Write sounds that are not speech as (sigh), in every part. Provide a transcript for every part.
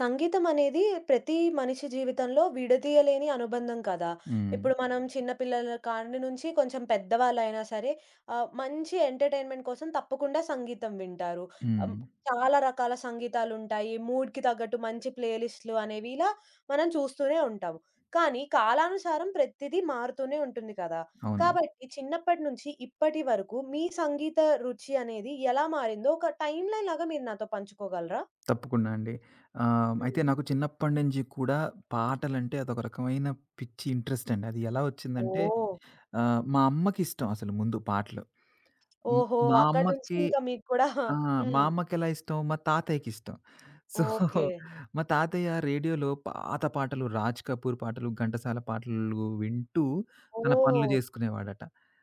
సంగీతం అనేది ప్రతి మనిషి జీవితంలో విడదీయలేని అనుబంధం కదా! హ్మ్. ఇప్పుడు మనం చిన్న పిల్లల కాడి నుంచి కొంచెం పెద్దవాళ్ళైనా సరే మంచి ఎంటర్‌టైన్‌మెంట్ కోసం తప్పకుండా సంగీతం వింటారు. ఆహ్, హ్మ్. చాలా రకాల సంగీతాలుంటాయి. మూడ్‌కి తగ్గట్టు మంచి ప్లే లిస్ట్‌లు అనేవి ఇలా మనం చూస్తూనే ఉంటాము. కానీ కాలానుసారం ప్రతిదీ మారుతూనే ఉంటుంది కదా! అవునండి. కాబట్టి చిన్నప్పటి నుంచి ఇప్పటి వరకు మీ సంగీత రుచి అనేది ఎలా మారిందో ఒక టైమ్‌లైన్ లాగా మీరు నాతో పంచుకోగలరా? తప్పకుండా అండి. అయితే హ్మ్. నాకు చిన్నప్పటి నుంచి కూడా పాటలంటే అదొక రకమైన పిచ్చి ఇంట్రెస్ట్ అండి. అది ఎలా వచ్చిందంటే ఓహ్! మా అమ్మకిష్టం అసలు ముందు పాటలు. హ్మ్. ఓహో! మా అక్కడి నుంచి అమ్మకి ఇంకా మీకు కూడా ఆ! మా హ్మ్. అమ్మకెలా ఇష్టం, మా తాతయ్యకిష్టం. So, okay. మా తాతయ్య రేడియోలో పాత పాటలు 'రాజ్ కపూర్' పాటలు, ఘంటసాల పాటలు వింటూ తన పనులు ఓహ్! జేసుకునేవాడట.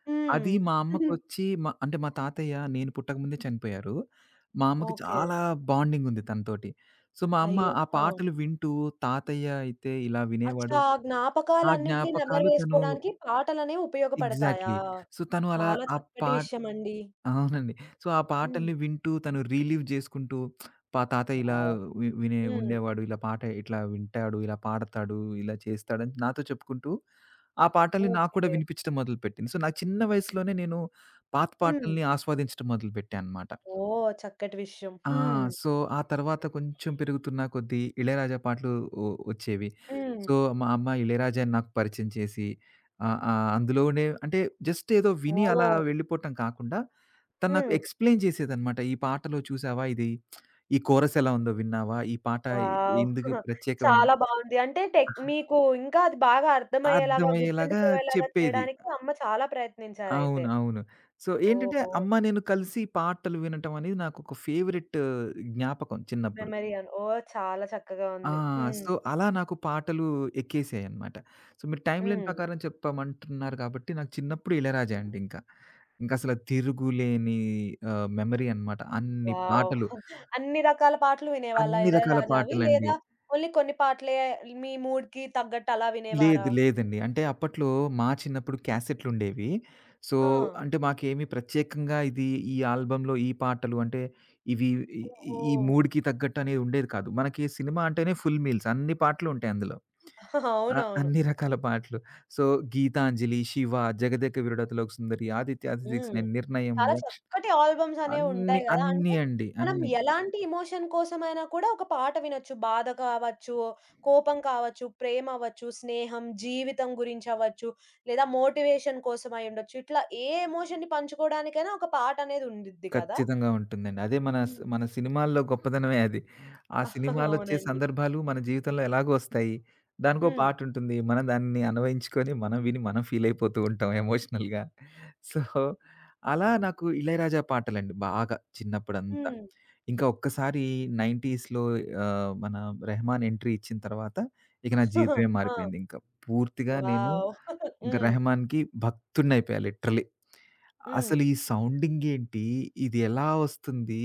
హ్మ్. అది మా (laughs) అమ్మకొచ్చి అంటే మా తాతయ్య నేను పుట్టకముందే చనిపోయారు. మా అమ్మకి ఓకే. చాలా బాండింగుంది తనతోటి. సో, మా అమ్మ అయ్యో! ఆ ఆ! పాటలు వింటూ తాతయ్య అయితే ఇలా అచ్చా! వినేవాడు. ఆ ఆ జ్ఞాపకాలన్నిటిని నెమరు జ్ఞాపకాలు తను వేసుకోవడానికి పాటలనేవి ఉపయోగపడతాయా? ఎగ్జాక్ట్‌లీ. సో, తను అలా చాలా ఆ చక్కటి పా విషయమండి. అవునండి. సో, ఆ హ్మ్. పాటల్ని వింటూ తను రిలీవ్ జేసుకుంటూ తాతయ్య ఇలా వావ్! వినే హ్మ్. ఉండేవాడు. ఇలా పాట ఇట్లా వింటాడు, ఇలా పాడతాడు, ఇలా చేస్తాడని నాతో చెప్పుకుంటూ ఆ పాటల్ని నాకు కూడా ఓకే. వినిపించడం మొదలుపెట్టింది. సో, నా చిన్న వయసులోనే నేను పాత హ్మ్. పాటల్ని ఆస్వాదించడం మొదలుపెట్టా అనమాట. ఓహ్! చక్కటి విషయం. ఆ! హ్మ్. సో, ఆ తర్వాత కొంచెం పెరుగుతున్న కొద్దీ ఇళయరాజా పాటలు ఒ ఒచ్చేవి. హ్మ్. సో, మా అమ్మ ఇళయరాజాని నాకు పరిచయం చేసి ఆహ్, ఆహ్, అందులోనే అంటే జస్ట్ ఏదో విని అలా ఓహ్! వెళ్ళిపోవటం కాకుండా తను నాకు హ్మ్. ఎక్స్‌ప్లెయిన్ చేసేదనమాట. ఈ పాటలో చూసావా ఇది, ఈ కోరస్ ఎలా ఉందో విన్నావా? ఈ పాట వావ్! ఇందుకు (laughs) ప్రత్యేకమైంది. చాలా బావుంది. అంటే టెక్ మీకు ఇంకా అది బాగా అర్థమయ్యేలాగా, అర్థమయ్యేలాగా గుర్తుండిపోయేలాగా చెప్పేది. చేయడానికి అమ్మ చాలా ప్రయత్నించారయితే. అవును. అవును. సో, ఏంటంటే ఓహో! అమ్మ, నేను కలిసి పాటలు వినటం అనేది నాకొక ఫేవరెట్ జ్ఞాపకం చిన్నప్పుడు. మెమరీ అన్ ఓహ్! చాలా చక్కగా ఆ! ఉంది. హ్మ్. సో, అలా నాకు పాటలు ఎక్కేసాయన్నమాట. సో, మీరు టైమ్ లైన్ హ్మ్. ప్రకారం చెప్పమంటున్నారు కాబట్టి నాకు చిన్నప్పుడు ఇళయరాజా అండి ఇంకా. ఇంకసల తిరుగులేని మెమరీ అనమాట. అన్ని వావ్! పాటలు, అన్ని రకాల పాటలు వినేవాళ్ళా అన్ని రకాల 'ఇళయరాజావి' పాటలండి. లేదా ఓన్లీ కొన్ని పాటలే మీ మూడ్‌కి తగ్గట్టు అలా వినేవారా? లేదు. లేదండి. అంటే అప్పట్లో మా చిన్నప్పుడు క్యాసెట్లుండేవి. సో, ఆ! అంటే మాకేమి ప్రత్యేకంగా ఈ ఆల్బమ్‌లో ఈ పాటలు అంటే ఇవి ఈ ఓహో! ఈ మూడ్‌కి తగ్గట్టు అనేది ఉండేది కాదు. మనకి సినిమా అంటేనే ఫుల్ మీల్స్ అన్ని పాటలు ఉంటాయి అందులో. (laughs) ఆ! అవునవును. అన్ని రకాల పాటలు. సో, 'గీతాంజలి', 'శివ', 'జగదేక వీరుడతలోక సుందరి', 'ఆదిత్య సిక్స్ హ్మ్. నైన్', 'నిర్ణయం', చాలా 'లక్ష్' చక్కటి ఆల్బమ్స్ అన్ని అనేవుంటాయి గదా! అన్నీ అంటే అండి. మనం హ్మ్. అన్నీ. ఎలాంటి ఎమోషన్ కోసమైనా కూడా ఒక పాట వినొచ్చు. బాధ కావచ్చు, కోపం కావచ్చు, ప్రేమ అవ్వచ్చు, స్నేహం, జీవితం గురించవ్వచ్చు, లేదా మోటివేషన్ కోసం అయ్యుండొచ్చు. ఇట్లా ఏ ఎమోషన్‌ని పంచుకోవడానికైనా ఒక పాటనేది ఉండిద్ది కదా! ఖచ్చితంగా ఉంటుందండి. అదే హ్మ్. మన సినిమాల్లో గొప్పదనమే అది. ఆ (laughs) సినిమాలొచ్చే అవునండి. సందర్భాలు మన జీవితంలో ఎలాగో వస్తాయి. దానికో హ్మ్. పాటుంటుంది. మనం దాన్ని అన్వయించుకొని, మనం విని మనం ఫీలయిపోతూ ఉంటాం ఎమోషనల్‌గా. సో, అలా నాకు 'ఇళయరాజా' పాటలండి బాగా చిన్నప్పుడంతా. హ్మ్. ఇంకా ఒక్కసారి 90స్‌లో మన 'రెహమాన్' ఎంట్రీ ఇచ్చిన తర్వాత, ఇక నా (laughs) జీవితమే ఆ! మారిపోయింది. ఇంకా పూర్తిగా నేను వావ్! (laughs) ఇంక హ్మ్. 'రెహమాన్‌కి' భక్తుడినయిపోయా లిటరల్లీ. హ్మ్. అసలు ఈ సౌండింగ్ ఏంటి? ఇది ఎలా వస్తుంది?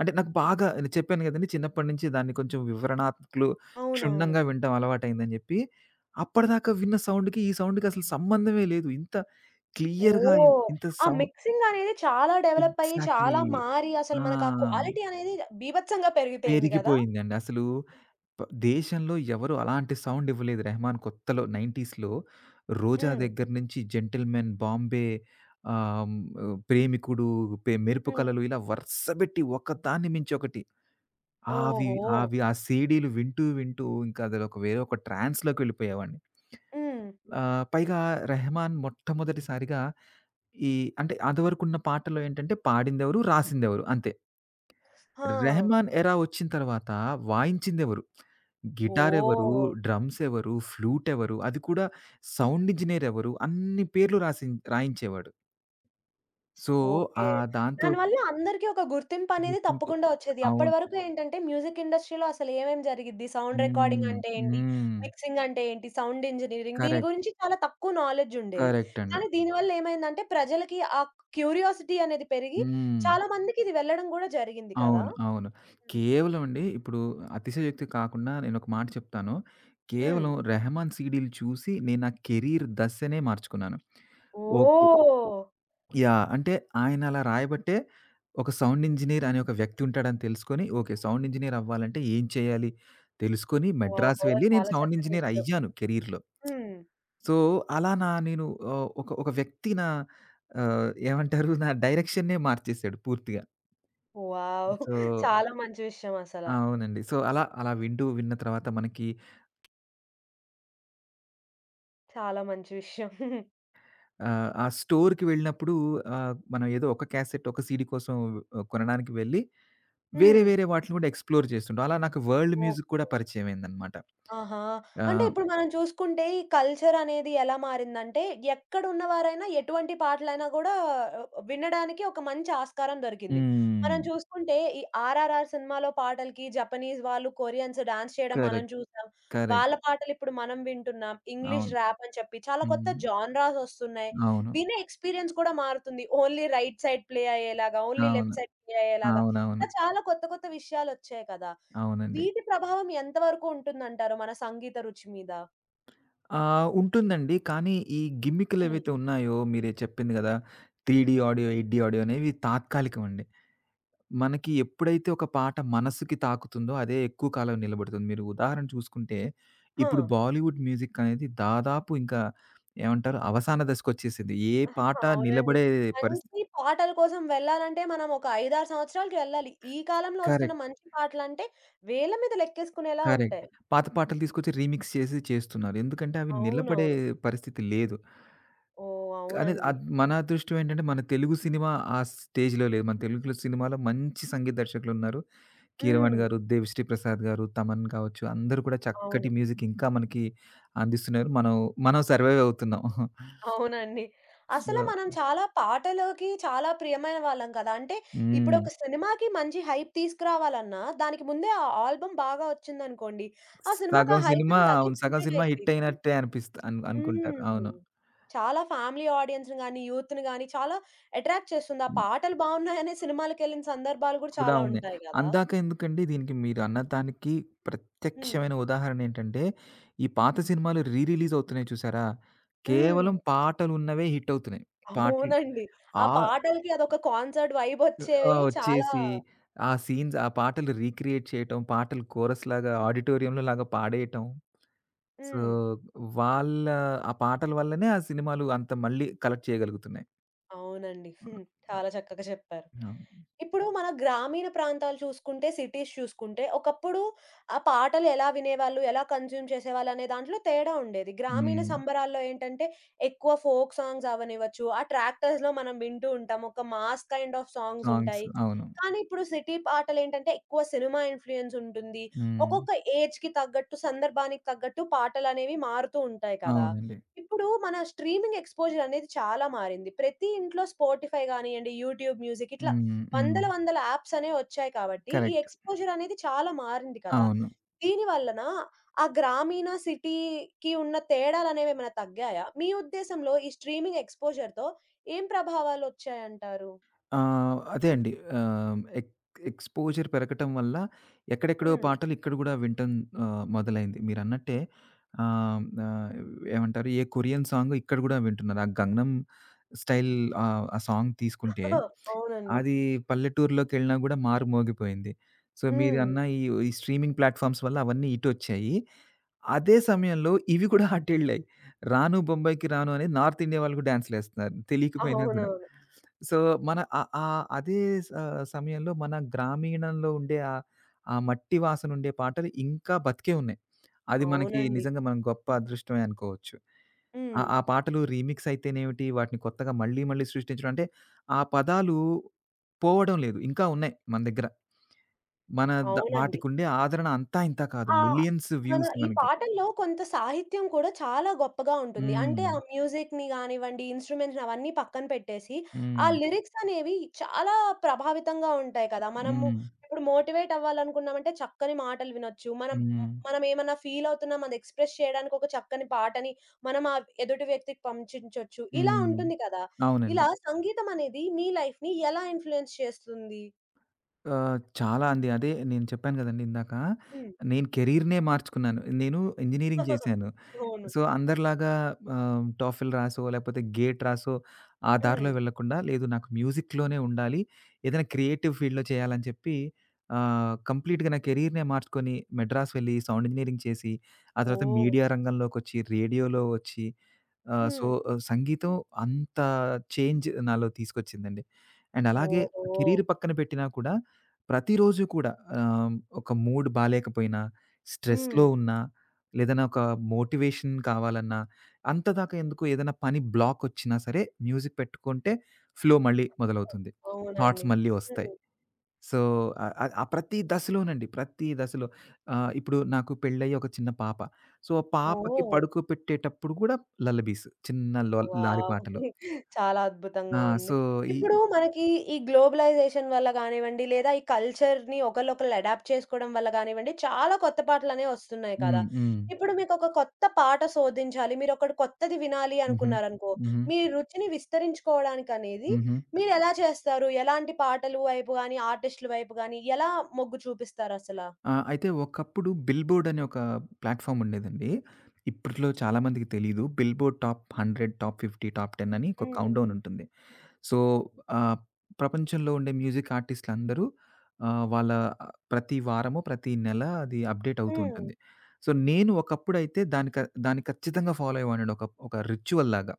అంటే నాకు బాగా నేను చెప్పాను గదండీ చిన్నప్పటి నుంచి దాన్ని కొంచెం వివరణాత్మకులు అవునవును. క్షుణ్ణంగా వినటం అలవాటయిందని జెప్పి. అప్పటిదాకా విన్న సౌండ్‌కి, ఈ సౌండ్‌కి అసలు సంబంధమే లేదు. ఇంత క్లియర్‌గా ఓహ్! ఇంత ఆ సౌండ్ మిక్సింగ్ అనేది చాలా డెవలప్ అయ్యి, ఎగ్జాక్ట్‌లీ. చాలా మారి అసలు ఆ! మనకు ఆ క్వాలిటీ అనేది బీభత్సంగా పెరిగిపోయింది గదా! పెరిగిపోయిందండి. అసలు ప దేశంలో ఎవరు అలాంటి సౌండ్ ఇవ్వలేదు. 'రెహమాన్' కొత్తలో 90స్‌లో 'రోజా' హ్మ్. దగ్గర నుంచి 'జెంటిల్‌మెన్', 'బాంబే', ఆహ్, 'ప్రేమికుడు', 'మెరుపు హ్మ్. కలలు' ఇలా వరుసబెట్టి ఒకదాన్ని మించి ఒకటి. అవి ఓహో! అవి ఆ సీడీలు వింటూ, వింటూ ఇంకా అదొక వేరే ఒక ట్రాన్స్‌లోకి వెళ్ళిపోయేవాడిని. హ్మ్. పైగా 'రెహమాన్' మొట్టమొదటిసారిగా ఈ అంటే, అదివరకున్న పాటల్లో ఏంటంటే పాడిందెవరు, రాసిందెవరు అంతే. ఆ! రెహమాన్ ఎరా ఒచ్చిన తర్వాత వాయించిందెవరు? గిటారెవరు? ఓహ్! డ్రమ్స్ ఎవరు? ఫ్లూట్ ఎవరు? అది కూడా సౌండ్ ఇంజినీర్ ఎవరు? అన్ని పేర్లు రాసి రాయించేవాడు. So, okay. ఆ దాంతో దానివల్ల అందరికి ఒక గుర్తింపనేది గుర్తింపు తప్పకుండా వచ్చేది. అప్పటి అవును. వరకు ఏంటంటే మ్యూజిక్ ఇండస్ట్రీలో అసలు ఏమేం జరిగిద్ది? సౌండ్ రికార్డింగ్ హ్మ్. అంటే ఏంటి? హ్మ్. మిక్సింగ్ అంటే ఏంటి? సౌండ్ ఇంజినీరింగ్ దీని కరెక్ట్. గురించి చాలా తక్కువ నాలెడ్జ్ ఉండేది. కరెక్ట్ అండి. కానీ దీనివల్ల ఏమైందంటే ప్రజలకి ఆ క్యూరియాసిటీ అనేది పెరిగి హ్మ్. చాలా మందికి ఇది వెళ్ళడం గూడా జరిగింది కదా! అవును. అవును. హ్మ్. కేవలం అండి ఇప్పుడు అతిశయోక్తి కాకుండా నేనొక మాట చెప్తాను. హ్మ్. కేవలం రెహమాన్ సీడీలు చూసి నేను నా కెరీర్ దశనే మార్చుకున్నాను. ఓకే. ఓహ్! యాహ్! అంటే ఆయన అలా రాయబట్టే ఒక సౌండ్ ఇంజినీర్ అనే ఒక వ్యక్తి ఉంటాడని తెలుసుకొని, ఓకే. సౌండ్ ఇంజినీర్ అవ్వాలంటే ఏం చేయాలి తెలుసుకొని మద్రాస్ ఓహో! వెళ్ళి నేను చాలా సౌండ్ చక్కటి ఇంజినీర్ విషయం. అయ్యాను కెరీర్‌లో. హ్మ్. సో, అలా నా నేను ఆహ్, ఒక ఒక వ్యక్తి నా ఏమంటారు నా డైరెక్షన్‌నే మార్చేసాడు పూర్తిగా. వావ్! సో చాలా మంచి విషయం అసల. అవునండి. సో, అలా అలా వింటూ విన్న తర్వాత మనకి చాలా మంచి విషయం. (laughs) ఆ స్టోర్‌కి వెళ్ళినప్పుడు మనం ఏదో ఒక క్యాసెట్, ఒక సీడీ కోసం కొనడానికి వెళ్ళి వేరే, హ్మ్. వేరే వాటిని గూడా ఎక్స్‌ప్లోర్ చేస్తుంటాం. అలా నాకు వరల్డ్ మ్యూజిక్ కూడా ఓకే. పరిచయమైందనమాట. ఆహా! అంటే ఆహ్, ఇప్పుడు మనం చూసుకుంటే ఈ కల్చర్ అనేది ఎలా మారిందంటే ఎక్కడున్నవారైనా ఎటువంటి పాటలైనా గూడా వినడానికి ఒక మంచి ఆస్కారం దొరికింది. మనం హ్మ్. చూసుకుంటే ఈ 'ఆర్ఆర్ఆర్' సినిమాలో పాటలకి జపనీస్ వాళ్ళు, కొరియన్స్ డాన్స్ చేయడం మనం కరెక్ట్. చూసాం. కరెక్ట్. వాళ్ళ పాటలు ఇప్పుడు మనం వింటున్నాం. ఇంగ్లీష్ అవును. ర్యాప్ అని చెప్పి చాలా కొత్త హ్మ్. జానరాస్ ఒస్తున్నాయి. అవును. వినే ఎక్స్‌పీరియన్స్ కూడా మారుతుంది. ఓన్లీ రైట్ సైడ్ ప్లే అయ్యేలాగా, ఓన్లీ అవును. లెఫ్ట్ సైడ్ ప్లే అయ్యేలాగా. అవునవును. ఇలా చాలా కొత్త కొత్త విషయాలొచ్చాయి కదా! అవునండి. వీటి ప్రభావం ఎంతవరకు ఉంటుందంటారు మన సంగీత రుచి మీద? ఉంటుందండి. కానీ ఈ హ్మ్. గిమ్మికులేవైతే ఉన్నాయో మీరే చెప్పింది గదా! 3డీ ఆడియో, 8డీ ఆడియో అనేవి తాత్కాలికమండి. మనకి ఎప్పుడైతే ఒక పాట మనసుకి తాకుతుందో అదే ఎక్కువ కాలం నిలబడుతుంది. మీరు ఉదాహరణ చూసుకుంటే, ఆ! ఇప్పుడు బాలీవుడ్ మ్యూజిక్ అనేది దాదాపు ఇంకా ఏమంటారు అవసాన దశకొచ్చేసింది. ఏ పాట అవునండి. నిలబడే పరిస్థితి మంచి పాటల కోసం వెళ్ళాలంటే మనం ఒక 5, 6 సంవత్సరాలకి వెళ్ళాలి. ఈ కాలంలో వస్తున్న కరెక్ట్. మంచి పాటలంటే వేల మీద లెక్కేసుకునేలా కరెక్ట్. ఉంటాయి. పాత పాటలు తీసుకొచ్చి రీమిక్స్ చేసి చేస్తున్నారు. ఎందుకంటే అవి నిలబడే అవునవును. పరిస్థితి లేదు. ఓహ్! కానీ అవునండి. మన అదృష్టం ఏంటంటే మన తెలుగు సినిమా ఆ స్టేజ్‌లో లేదు. మన తెలుగులో సినిమాలో మంచి సంగీత దర్శకులున్నారు. కీరవాణి హ్మ్. గారు, దేవిశ్రీ ప్రసాద్ గారు, తమన్ కావచ్చు అందరూ కూడా అవును. చక్కటి మ్యూజిక్ ఇంకా మనకి అందిస్తున్నారు. మనం సర్వైవ్ అవుతున్నాం. అవునండి. అసలు సో మనం చాలా పాటలకి చాలా ప్రియమైన వాళ్ళం కదా! అంటే ఇప్పుడు హ్మ్. ఒక సినిమాకి మంచి హైప్ తీసుకురావాలన్నా దానికి ముందే ఆ ఆల్బమ్ బాగా వచ్చిందనుకోండి. ఆ సినిమాకి ఆ సగం హైప్ సినిమా అనేది అదే అవును. సగం జనరేట్ సినిమా హిట్ అయిపోయిద్ది. అయినట్టే అనిపిస్త అను అనుకుంటారు. హ్మ్. అవును. చాలా ఫ్యామిలీ ఆడియన్స్‌ని గాని, యూత్‌ని గాని చాలా అట్రాక్ట్ చేస్తుంది. ఆ హ్మ్. పాటలు బావున్నాయనే సినిమాలకెళ్ళిన సందర్భాలు గూడా కూడా చాలా ఉన్నాయి. ఉంటాయి గదా! అందాక ఎందుకండి దీనికి మీరు అన్న దానికి హ్మ్. ప్రత్యక్షమైన ఉదాహరణ ఏంటంటే, ఈ పాత సినిమాలు రీ రిలీజ్ అవుతున్నాయి చూసారా? హ్మ్. కేవలం పాటలున్నవే హిట్ అవుతున్నాయి. పాటలు అవునండి. ఆ ఆ పాటలకి అదొక కాన్సర్ట్ ఆ! వైబొచ్చేవి చాలా వచ్చేసి ఆ సీన్స్, ఆ పాటలు రీక్రియేట్ చేయటం, పాటలు కోరస్‌లాగా ఆడిటోరియంలో లాగా పాడేయటం. సో, హ్మ్. వాళ్ళ ఆ పాటల వల్లనే ఆ సినిమాలు అంత మళ్ళీ కలెక్ట్ చేయగలుగుతున్నాయి. అవునండి. హ్మ్. హ్మ్. చాలా చక్కగా చెప్పారు. అవును. ఇప్పుడు హ్మ్. మన గ్రామీణ ప్రాంతాలు చూసుకుంటే, సిటీస్ చూసుకుంటే, ఒకప్పుడు ఆ పాటలు ఎలా వినేవాళ్ళు, ఎలా కన్జ్యూమ్ చేసేవాళ్ళనే దాంట్లో తేడా ఉండేది. గ్రామీణ హ్మ్. సంబరాల్లో ఏంటంటే, ఎక్కువ ఫోక్ సాంగ్స్ అవ్వనివ్వచ్చు, ఆ ట్రాక్టర్స్‌లో మనం వింటూ ఉంటాం. ఒక mass kind of songs songs. ఉంటాయి. అవును. కానీ ఇప్పుడు సిటీ పాటలేంటంటే ఎక్కువ సినిమా ఇన్‌ఫ్లూయెన్స్ ఉంటుంది. హ్మ్. ఒక్కొక్క ఏజ్‌కి తగ్గట్టు, సందర్భానికి తగ్గట్టు పాటలనేవి మారుతూ ఉంటాయి కదా! అవునండి. ఇప్పుడు మన స్ట్రీమింగ్ ఎక్స్‌పోజర్ అనేది చాలా మారింది. ప్రతి ఇంట్లో స్పాటిఫై గానియండి, యూట్యూబ్ మ్యూజిక్ ఇట్లా హ్మ్. హ్మ్. వందల, వందల యాప్స్ అనేవి వచ్చాయి కాబట్టి, ఈ కరెక్ట్. ఎక్స్‌పోజర్ అనేది చాలా మారింది కదా! అవును. దీని వలన ఆ గ్రామీణ, సిటీకి ఉన్న తేడాలనేవేమైనా తగ్గాయా? మీ ఉద్దేశంలో ఈ స్ట్రీమింగ్ ఎక్స్‌పోజర్‌తో ఏం ప్రభావాలొచ్చాయంటారు? అదే అండి. ఆహ్, ఎక్ ఎక్స్‌పోజర్ పెరగటం వల్ల ఎక్కడెక్కడో హ్మ్. పాటలు ఇక్కడ గూడా వినటం మొదలైంది. మీరన్నట్టే ఆహ్, ఆహ్, ఏమంటారు? ఏ కొరియన్ సాంగ్ ఇక్కడ గూడా వింటున్నారు. ఆ 'గంగనం స్టైల్' ఆ సాంగ్ తీసుకుంటే (laughs) అవునండి. అది పల్లెటూరులోకెళ్ళినా గూడా మారుమోగిపోయింది. సో, హ్మ్. మీరన్న ఈ ఈ స్ట్రీమింగ్ ప్లాట్‌ఫార్మ్స్ వల్ల అవన్నీ ఇటొచ్చాయి. అదే సమయంలో ఇవి కూడా అటెళ్ళాయి. 'రాను బొంబాయికి రాను' అనేది నార్త్ ఇండియా వాళ్ళు కూడా డాన్స్‌లేస్తున్నారు. తెలియకపోయినా గూడా. అవునవును. సో, మన ఆహ్, ఆహ్, అదే స సమయంలో మన గ్రామీణంలో ఉండే ఆ మట్టి వాసన ఉండే పాటలు ఇంకా బతికే ఉన్నాయి. అది మనకి అవునండి. నిజంగా మనం గొప్ప అదృష్టమే అనుకోవచ్చు. ఆ హ్మ్. ఆ పాటలు రీమిక్స్ అయితేనేమిటి, వాటిని కొత్తగా మళ్ళీ మళ్ళీ సృష్టించడం అంటే ఆ పదాలు పోవడం లేదు. ఇంకా ఉన్నాయి మన దగ్గర. మన ద అవునండి. వాటికుండే ఆదరణ అంతా ఇంతా కాదు. ఆహ్, మిలియన్స్ మన వ్యూస్ ఈ మనకి. పాటల్లో కొంత సాహిత్యం కూడా చాలా గొప్పగా ఉంటుంది. అంటే హ్మ్. ఆ మ్యూజిక్‌ని గానివ్వండి, ఇన్‌స్ట్రుమెంట్స్‌ని అవన్నీ పక్కన పెట్టేసి, ఆ హ్మ్. లిరిక్స్ అనేవి చాలా ప్రభావితంగా ఉంటాయి కదా! మనము హ్మ్. ఇప్పుడు మోటివేట్ అవ్వాలనుకున్నామంటే చక్కని మాటలు వినొచ్చు. మనం హ్మ్, హ్మ్. మనం ఏమన్నా ఫీల్ అవుతున్నాం అది ఎక్స్‌ప్రెస్ చేయడానికి ఒక చక్కని పాటని మనం ఆ ఎదుటి వ్యక్తికి పంపించొచ్చు. ఇలా హ్మ్. ఉంటుంది కదా! అవునండి. ఇలా సంగీతం అనేది మీ లైఫ్‌ని ఎలా ఇన్‌ఫ్లూయెన్స్ చేస్తుంది? చాలా అండి. అదే నేను చెప్పాను గదండీ ఇందాక. హ్మ్. నేను కెరీర్‌నే మార్చుకున్నాను. నేను ఇంజినీరింగ్ చేశాను. అవును. సో, అందరిలాగా టోఫెల్ రాసో, లేకపోతే గేట్ రాసో ఆ దారిలో హ్మ్. వెళ్ళకుండా, లేదు నాకు మ్యూజిక్‌లోనే ఉండాలి. ఏదైనా క్రియేటివ్ ఫీల్డ్‌లో చేయాలని చెప్పి కంప్లీట్‌గా నా కెరీర్‌నే మార్చుకొని, మద్రాస్ వెళ్ళి సౌండ్ ఇంజినీరింగ్ చేసి, ఆ తర్వాత ఓహ్! మీడియా రంగంలోకొచ్చి, రేడియోలో వచ్చి హ్మ్. సంగీతం అంత చేంజ్ నాలో తీసుకొచ్చిందండి. అండ్ అలాగే ఓహో! కెరీర్ పక్కన పెట్టినా కూడా ప్రతిరోజు కూడా ఆహ్, ఒక మూడ్ బాలేకపోయినా, హ్మ్. స్ట్రెస్‌లో ఉన్నా, లేదన్నా ఒక మోటివేషన్ కావాలన్నా, అంతదాకా ఎందుకు ఏదైనా పని బ్లాకొచ్చినా సరే మ్యూజిక్ పెట్టుకుంటే ఫ్లో మళ్ళీ మొదలవుతుంది. థాట్స్ అవునండి. మళ్ళీ వస్తాయి. హ్మ్. సో, ఆహ్, ఆహ్, ఆ ప్రతి దశలోనండి. ప్రతి దశలో ఇప్పుడు నాకు పెళ్ళయ్యి ఒక చిన్న పాప. సో, ఆ పాపకి ఓహ్! పడుకోపెట్టేటప్పుడు కూడా లల్లబీస్. చిన్న లారీ వావ్! పాటలు. చాలా ఆ! అద్భుతంగా ఉంది. సో, ఈ ఇప్పుడు మనకి ఈ గ్లోబలైజేషన్ వల్ల గానివ్వండి, లేదా ఈ కల్చర్‌ని ఒకళ్ళొకళ్ళు అడాప్ట్ చేసుకోవడం వల్ల గానివ్వండి, చాలా కొత్త పాటలనేవి వస్తున్నాయి కదా! హ్మ్. హ్మ్. ఇప్పుడు మీకొక కొత్త పాట శోధించాలి, మీరొకటి కొత్తది వినాలి హుహు. అనుకున్నారనుకో, హుహు. మీ రుచిని విస్తరించుకోవడానికనేది హుహు. మీరెలా చేస్తారు? ఎలాంటి పాటలు వైపు గాని, ఆర్టిస్టుల వైపు గాని ఎలా మొగ్గు చూపిస్తారసల? ఆ! అయితే ఒకప్పుడు 'బిల్‌బోర్డ్' అనే ఒక ప్లాట్‌ఫామ్ ఉండేదండి. ఇప్పట్లో చాలా మందికి తెలీదు. 'బిల్‌బోర్డ్ టాప్ 100, టాప్ 50, టాప్ 10' అని ఒక హ్మ్. కౌంట్‌డౌన్ ఉంటుంది. సో, ఆహ్, ప్రపంచంలో ఉండే మ్యూజిక్ ఆర్టిస్ట్‌లందరూ ఆహ్, వాళ్ళ ప్రతి వారము, ప్రతి నెల అది అప్‌డేట్ అవుతూ హ్మ్. ఉంటుంది. సో, నేను ఒకప్పుడైతే దాన్ని ఖచ్చితంగా ఫాలో అయ్యేవాడినండి. ఒక ఒక రిచ్యువల్ లాగా.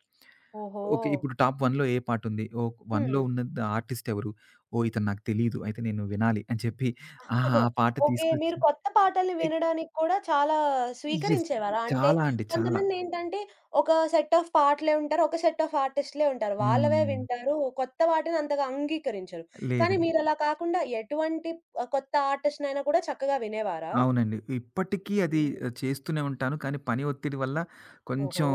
ఓహో! ఓకే. ఇప్పుడు టాప్ 1లో ఏ పాటుంది? ఓహ్! 1లో హ్మ్. ఉన్న ఆర్టిస్ట్ ఎవరు? ఓహ్! ఇతను నాకు తెలీదు. అయితే నేను వినాలి అని చెప్పి ఆహా! ఆ పాట ఓకే. తీసుకొచ్చి మీరు కొత్త పాటల్ని ఎక్ వినడానికి కూడా చాలా యెస్. స్వీకరించేవారా? అంటే చాలా అండి. చాలా. కొంతమందేంటంటే ఒక సెట్ ఆఫ్ పాటలే ఉంటారు. ఒక సెట్ ఆఫ్ ఆర్టిస్ట్‌లే ఉంటారు. వాళ్ళవే హ్మ్. వింటారు. కొత్త వాటిని అంతగా అంగీకరించరు. కానీ లేదండి. మీరలా కాకుండా ఎటువంటి కొత్త ఆర్టిస్ట్‌నైనా కూడా చక్కగా వినేవారా? అవునండి. ఇప్పటికీ అది హుహు. చేస్తూనే ఉంటాను. కానీ పని ఒత్తిడి వల్ల ఓహో! కొంచెం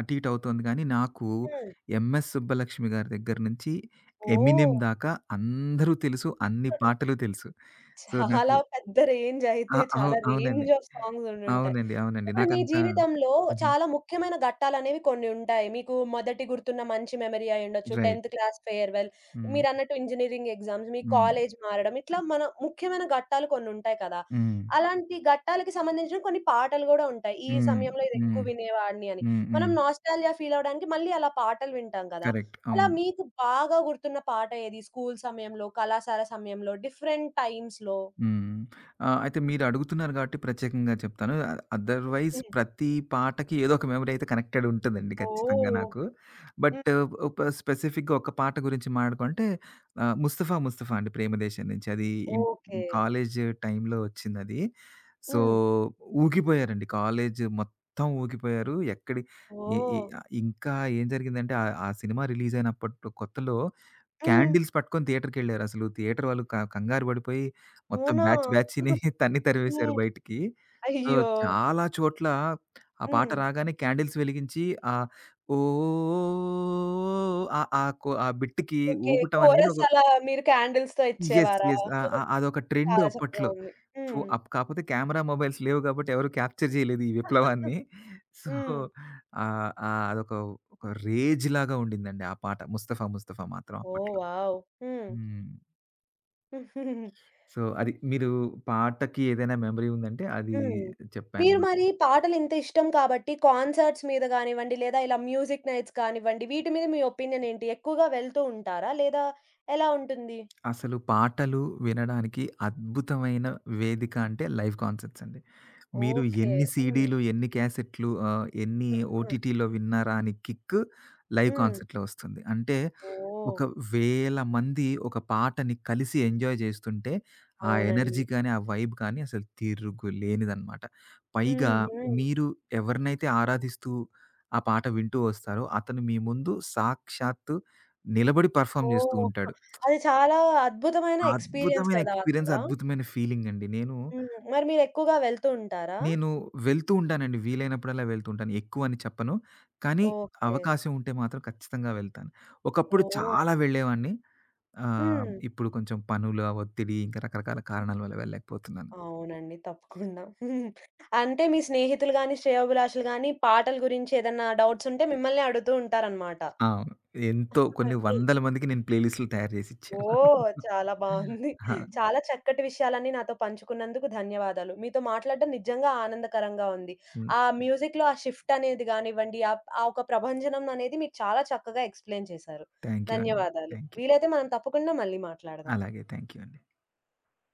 అటు ఇటు అవుతుంది గానీ, నాకు హ్మ్. 'ఎంఎస్ సుబ్బలక్ష్మి' గారి దగ్గర నుంచి ఓహ్! 'ఎమినెమ్' దాకా అందరూ తెలుసు. అన్ని పాటలు తెలుసు. సో, నాకు చాలా పెద్ద రేంజ్ ఆ! అయితే. అవు చాలా అవునండి. రేంజ్ ఆఫ్ సాంగ్స్ ఉండుంటాయి. అవునండి. అవునండి. ఇప్పుడు మీ నాకంత జీవితంలో హుహు. చాలా ముఖ్యమైన ఘట్టాలనేవి కొన్ని ఉంటాయి. మీకు మొదటి గుర్తున్న మంచి మెమరీ అయ్యుండొచ్చు. రైట్. 10థ్ క్లాస్ ఫేర్‌వెల్, హ్మ్. మీరన్నట్టు ఇంజినీరింగ్ ఎగ్జామ్స్, మీ హ్మ్. కాలేజ్ మారడం. ఇట్లా మన ముఖ్యమైన ఘట్టాలు కొన్నుంటాయి కదా! హ్మ్. అలాంటి ఘట్టాలకి సంబంధించిన కొన్ని పాటలు గూడా ఉంటాయి. ఈ హ్మ్. సమయంలో ఇది ఎక్కువ హ్మ్. వినేవాడిని అని. హ్మ్. హ్మ్. మనం నోస్టాల్జియా ఫీల్ అవ్వడానికి మళ్ళీ అలా పాటలు వింటాం కదా! కరెక్ట్. అలా అవును. మీకు బాగా గుర్తున్న పాట ఏది? స్కూల్ సమయంలో, కళాశాల సమయంలో, డిఫరెంట్ టైమ్స్‌లో? హ్మ్. అయితే మీరు అడుగుతున్నారు గాబట్టి ప్రత్యేకంగా చెప్తాను. Otherwise Eh. ప్రతి పాటకి ఏదో ఒక మెమరీ అయితే కనెక్టెడ్ ఉంటదండి ఖచ్చితంగా Oh. నాకు. Mh. బట్ ఒక స్పెసిఫిక్‌గా ఒక పాట గురించి మాట్లాడుకుంటే 'ముస్తఫా ముస్తఫా' అండి 'ప్రేమదేశం' నుంచి. అది ఇన్ Okay. కాలేజ్ టైమ్‌లో వచ్చిందది. So, Mh. ఊగిపోయారండి కాలేజ్ మొత్తం ఊగిపోయారు. ఎక్కడి ఇ ఇ ఓహ్! ఇంకా ఏం జరిగిందంటే ఆ ఆ సినిమా రిలీజ్ అయినప్పట్లో కొత్తలో హ్మ్. క్యాండిల్స్ పట్టుకొని థియేటర్‌కెళ్లారసలు. థియేటర్ వాళ్ళు కంగారు పడిపోయి మొత్తం అవునా? బ్యాచ్‌ని (laughs) తన్ని తరిమేశారు హ్మ్. బయటికి. సో, అయ్యో! చాలా చోట్ల ఆ పాట హ్మ్. రాగానే క్యాండిల్స్ వెలిగించి ఆహ్, ఓ ఆ ఆ కొ ఆ బిట్‌కి ఓకే. ఊపటం అనేది కోరస్ ఒక అలా మీరు క్యాండిల్స్‌తో యెస్. ఇచ్చేవారా? యెస్. ఆ! ఆ! అదొక ట్రెండ్ చాలా చక్కగా అప్పట్లో. ఉంది. ఫో హ్మ్. అప్ కాపోతే కెమెరా మొబైల్స్ లేవు కాబట్టి ఎవరు క్యాప్చర్ చేయలేదు ఈ విప్లవాన్ని. సో, హ్మ్. ఆహ్, ఆహ్, అదొక ఒక రేజ్‌లాగా ఉండిందండి ఆ పాట 'ముస్తఫా ముస్తఫా' మాత్రం ఓహ్! అప్పట్లో. వావ్! హ్మ్. హ్మ్. హ్మ్. (laughs) సో, అది మీరు పాటకి ఏదైనా మెమరీ ఉందంటే అది మీరు చెప్పానన్నమాట. మరి పాటలు ఇంత ఇష్టం కాబట్టి కాన్సర్ట్స్ మీద గానివ్వండి, లేదా ఇలా మ్యూజిక్ నైట్స్ కానివ్వండి, వీటి మీద మీ ఒపీనియన్ ఏంటి? ఎక్కువగా వెళ్తూ ఉంటారా? లేదా ఎలా ఉంటుంది? అసలు పాటలు వినడానికి అద్భుతమైన వేదిక అంటే లైవ్ కాన్సర్ట్స్ అండి. మీరు ఓకే. ఎన్ని హ్మ్. సీడీలు, ఎన్ని క్యాసెట్‌లు ఎన్ని హ్మ్. ఓటీటీలో విన్నారా అని కిక్ లైవ్ హ్మ్. కాన్సర్ట్‌లో వస్తుంది. అంటే ఓహ్! ఒక వేల మంది ఒక పాటని కలిసి ఎంజాయ్ చేస్తుంటే, ఆ అవునండి. ఎనర్జీ కానీ, ఆ వైబ్ కానీ అసలు తిరుగులేనిదనమాట. పైగా హుహు. మీరు ఎవరినైతే ఆరాధిస్తూ ఆ పాట వింటూ వస్తారో, అతను మీ ముందు సాక్షాత్తు నిలబడి పెర్ఫార్మ్ చేస్తూ ఓహ్! ఉంటాడు. అది చాలా అద్భుతమైన ఎక్స్‌పీరియన్స్ అద్భుతమైన కదా! ఎక్స్‌పీరియన్స్, అసలా. అద్భుతమైన ఫీలింగ్ అండి. హ్మ్. మరి మీరెక్కువగా వెళ్తూ ఉంటారా? నేను వెళ్తూ ఉంటానండి. వీలైనప్పుడల్లా వెళ్తూ ఉంటాను. ఎక్కువని చెప్పను. కానీ ఓకే. అవకాశం ఉంటే మాత్రం ఖచ్చితంగా వెళ్తాను. ఒకప్పుడు ఓహ్! చాలా వెళ్ళేవాడిని. ఆ! హ్మ్. ఇప్పుడు కొంచెం పనుల ఒత్తిడి, ఇంకా రకరకాల కారణాల వల్ల వెళ్ళలేకపోతున్నాను. అవునండి. తప్పకుండా. అంటే మీ స్నేహితులు గాని, శ్రేయోభిలాషులు గాని పాటల గురించి ఏదన్నా డౌట్స్ ఉంటే మిమ్మల్నే అడుగుతూ ఉంటారనమాట. అవును. ఎంతో కొన్ని వందల మందికి నేను ప్లే లిస్ట్‌లు తయారు చేసి ఇచ్చాను. ఓహ్! (laughs) చాలా బావుంది. ఆ! చాలా చక్కటి విషయాలన్నీ నాతో పంచుకున్నందుకు ధన్యవాదాలు. మీతో మాట్లాడడం నిజంగా ఆనందకరంగా ఉంది. హ్మ్. ఆ మ్యూజిక్‌లో ఆ షిఫ్ట్ అనేది గానివ్వండి, ఆ ఒక ప్రభంజనం అనేది మీరు చాలా చక్కగా ఎక్స్‌ప్లెయిన్ చేశారు. థాంక్ యూ అండి. ధన్యవాదాలు. Thank you. వీలైతే మనం తప్పకుండా మళ్ళీ మాట్లాడదాం. అలాగే థాంక్ యూ అండి.